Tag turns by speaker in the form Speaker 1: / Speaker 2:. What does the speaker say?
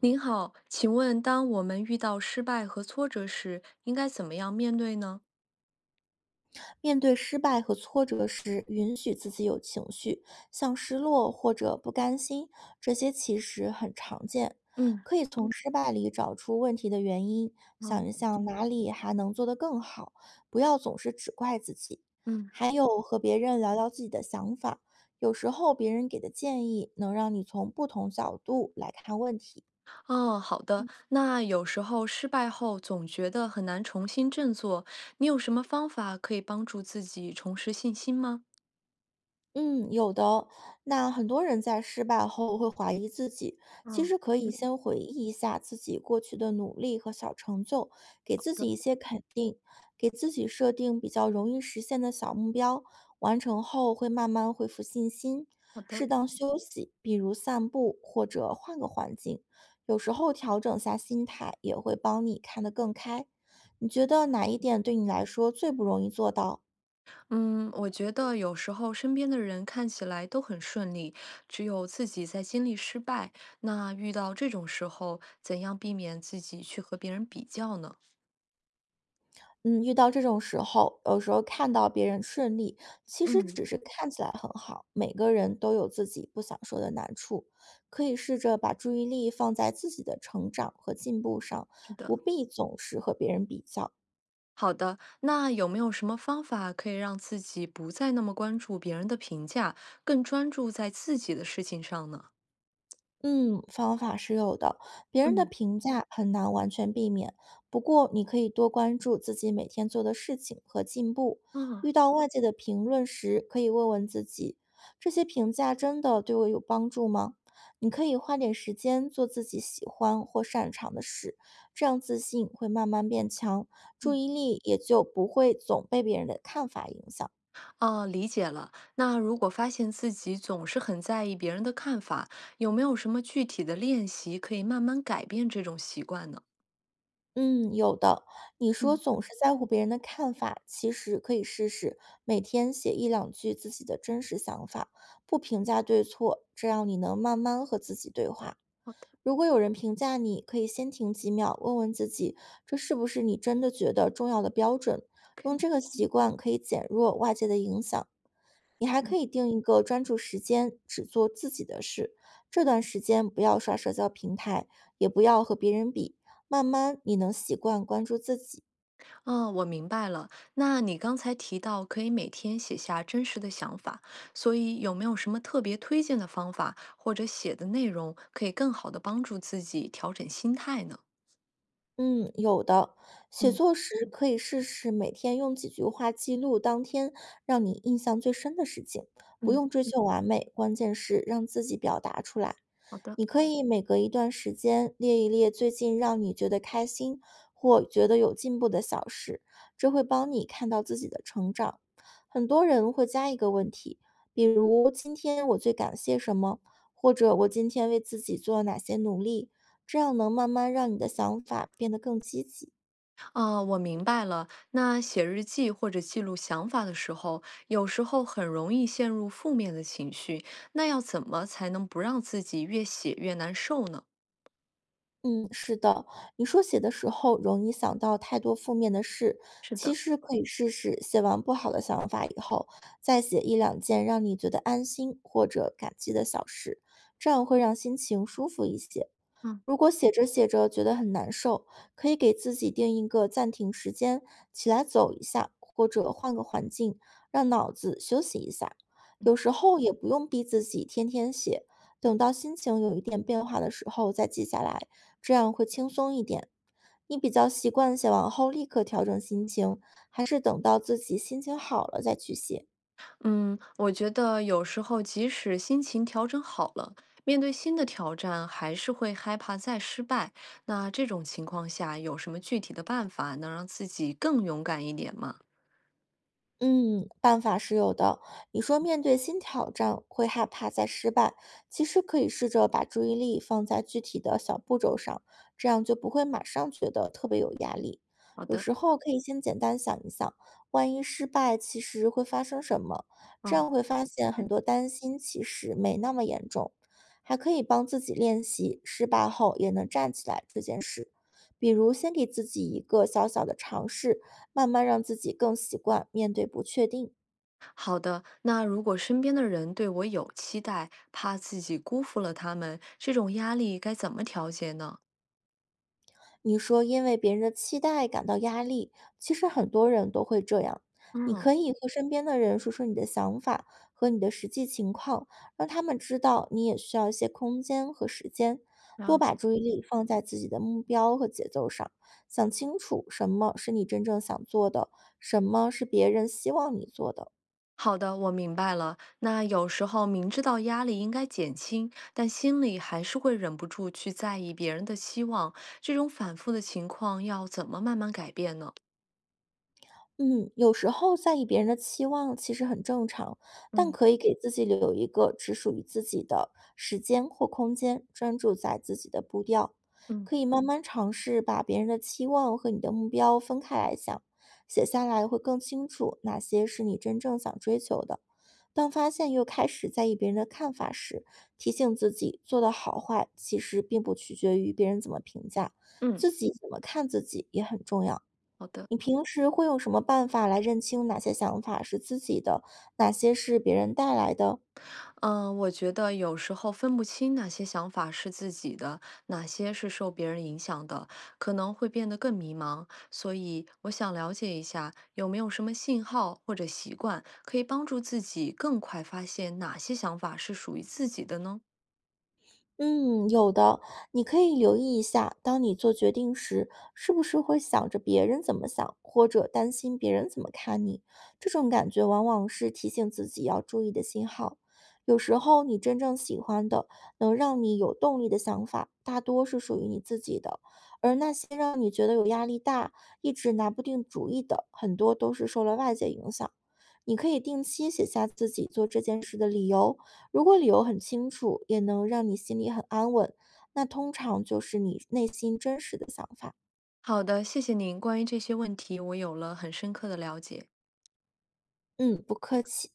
Speaker 1: 您好，请问当我们遇到失败和挫折时，应该怎么样面对呢？
Speaker 2: 面对失败和挫折时，允许自己有情绪，像失落或者不甘心，这些其实很常见。
Speaker 1: 嗯，
Speaker 2: 可以从失败里找出问题的原因，想一
Speaker 1: 哦，
Speaker 2: 想哪里还能做得更好，不要总是只怪自己。
Speaker 1: 嗯，
Speaker 2: 还有和别人聊聊自己的想法，有时候别人给的建议能让你从不同角度来看问题。
Speaker 1: 哦，好的。那有时候失败后总觉得很难重新振作，你有什么方法可以帮助自己重拾信心吗？
Speaker 2: 嗯，有的。那很多人在失败后会怀疑自己，其
Speaker 1: 嗯
Speaker 2: 实可以
Speaker 1: 嗯，
Speaker 2: 先回忆一下自己过去的努力和小成就，给自己
Speaker 1: 对，
Speaker 2: 一些肯定，给自己设定比较容易实现的小目标，完成后会慢慢恢复信心。
Speaker 1: 好的，
Speaker 2: 适当休息，比如散步或者换个环境，有时候调整下心态也会帮你看得更开。你觉得哪一点对你来说最不容易做到？
Speaker 1: 嗯，我觉得有时候身边的人看起来都很顺利，只有自己在经历失败。那遇到这种时候，怎样避免自己去和别人比较呢？
Speaker 2: 嗯，遇到这种时候，有时候看到别人顺利，其实
Speaker 1: 嗯，
Speaker 2: 只是看起来很好。每个人都有自己不想说的难处，可以试着把注意力放在自己的成长和进步上，
Speaker 1: 是的。
Speaker 2: 不必总是和别人比较。
Speaker 1: 好的，那有没有什么方法可以让自己不再那么关注别人的评价，更专注在自己的事情上呢？
Speaker 2: 嗯，方法是有的，别人的
Speaker 1: 嗯
Speaker 2: 评价很难完全避免。不过，你可以多关注自己每天做的事情和进步。
Speaker 1: 啊，
Speaker 2: 遇到外界的评论时，可以问问自己，这些评价真的对我有帮助吗？你可以花点时间做自己喜欢或擅长的事，这样自信会慢慢变强，注
Speaker 1: 嗯
Speaker 2: 意力也就不会总被别人的看法影响。
Speaker 1: 哦，理解了。那如果发现自己总是很在意别人的看法，有没有什么具体的练习可以慢慢改变这种习惯呢？
Speaker 2: 嗯，有的。你说
Speaker 1: 嗯。
Speaker 2: 总是在乎别人的看法，其实可以试试每天写一两句自己的真实想法，不评价对错，这样你能慢慢和自己对话。
Speaker 1: 好的
Speaker 2: 如果有人评价你，可以先停几秒，问问自己，这是不是你真的觉得重要的标准？用
Speaker 1: ，OK。
Speaker 2: 这个习惯可以减弱外界的影响，你还可以定一个专注时间，只做自己的事。这段时间不要刷社交平台，也不要和别人比。慢慢你能习惯关注自己。
Speaker 1: 哦，我明白了。那你刚才提到可以每天写下真实的想法，所以有没有什么特别推荐的方法或者写的内容，可以更好的帮助自己调整心态呢？
Speaker 2: 嗯，有的。写
Speaker 1: 嗯
Speaker 2: 作时可以试试每天用几句话记录当天让你印象最深的事情，不
Speaker 1: 嗯，
Speaker 2: 用追求完美，关键是让自己表达出来。
Speaker 1: 好的，
Speaker 2: 你可以每隔一段时间列一列最近让你觉得开心或觉得有进步的小事，这会帮你看到自己的成长。很多人会加一个问题，比如今天我最感谢什么，或者我今天为自己做了哪些努力，这样能慢慢让你的想法变得更积极。
Speaker 1: 哦，我明白了。那写日记或者记录想法的时候，有时候很容易陷入负面的情绪，那要怎么才能不让自己越写越难受呢？
Speaker 2: 嗯，是的，你说写的时候容易想到太多负面的事，
Speaker 1: 是
Speaker 2: 其
Speaker 1: 的。
Speaker 2: 实可以试试写完不好的想法以后，再写一两件让你觉得安心或者感激的小事，这样会让心情舒服一些。
Speaker 1: 嗯。
Speaker 2: 如果写着写着觉得很难受，可以给自己定一个暂停时间，起来走一下，或者换个环境，让脑子休息一下。有时候也不用逼自己天天写，等到心情有一点变化的时候再记下来，这样会轻松一点。你比较习惯写完后立刻调整心情，还是等到自己心情好了再去写？
Speaker 1: 嗯，我觉得有时候即使心情调整好了，面对新的挑战，还是会害怕再失败。那这种情况下，有什么具体的办法能让自己更勇敢一点吗？
Speaker 2: 嗯，办法是有的。你说面对新挑战会害怕再失败，其实可以试着把注意力放在具体的小步骤上，这样就不会马上觉得特别有压力。
Speaker 1: 好
Speaker 2: 有
Speaker 1: 的，
Speaker 2: 时候可以先简单想一想，万一失败其实会发生什么，这
Speaker 1: 嗯，
Speaker 2: 样会发现很多担心其实没那么严重。还可以帮自己练习失败后也能站起来这件事，比如先给自己一个小小的尝试，慢慢让自己更习惯面对不确定。
Speaker 1: 好的。那如果身边的人对我有期待，怕自己辜负了他们，这种压力该怎么调节呢？
Speaker 2: 你说因为别人的期待感到压力，其实很多人都会这样。你
Speaker 1: 嗯，
Speaker 2: 可以和身边的人说说你的想法和你的实际情况，让他们知道你也需要一些空间和时间。多
Speaker 1: 了
Speaker 2: 把
Speaker 1: 解。
Speaker 2: 注意力放在自己的目标和节奏上，想清楚什么是你真正想做的，什么是别人希望你做的。
Speaker 1: 好的，我明白了。那有时候明知道压力应该减轻，但心里还是会忍不住去在意别人的期望，这种反复的情况要怎么慢慢改变呢？
Speaker 2: 嗯，有时候在意别人的期望其实很正常，但
Speaker 1: 嗯
Speaker 2: 可以给自己留一个只属于自己的时间或空间，专注在自己的步调。
Speaker 1: 嗯
Speaker 2: 可以慢慢尝试把别人的期望和你的目标分开来想，写下来会更清楚哪些是你真正想追求的。当发现又开始在意别人的看法时，提醒自己做的好坏其实并不取决于别人怎么评价，
Speaker 1: 嗯，
Speaker 2: 自己怎么看自己也很重要。
Speaker 1: 好的。
Speaker 2: 你平时会用什么办法来认清哪些想法是自己的，哪些是别人带来的？
Speaker 1: 嗯，我觉得有时候分不清哪些想法是自己的，哪些是受别人影响的，可能会变得更迷茫。所以我想了解一下，有没有什么信号或者习惯可以帮助自己更快发现哪些想法是属于自己的呢？
Speaker 2: 嗯，有的，你可以留意一下，当你做决定时，是不是会想着别人怎么想，或者担心别人怎么看你？这种感觉往往是提醒自己要注意的信号。有时候，你真正喜欢的、能让你有动力的想法，大多是属于你自己的，而那些让你觉得有压力大、一直拿不定主意的，很多都是受了外界影响。你可以定期写下自己做这件事的理由，如果理由很清楚，也能让你心里很安稳，那通常就是你内心真实的想法。
Speaker 1: 好的，谢谢您。关于这些问题，我有了很深刻的了解。
Speaker 2: 嗯，不客气。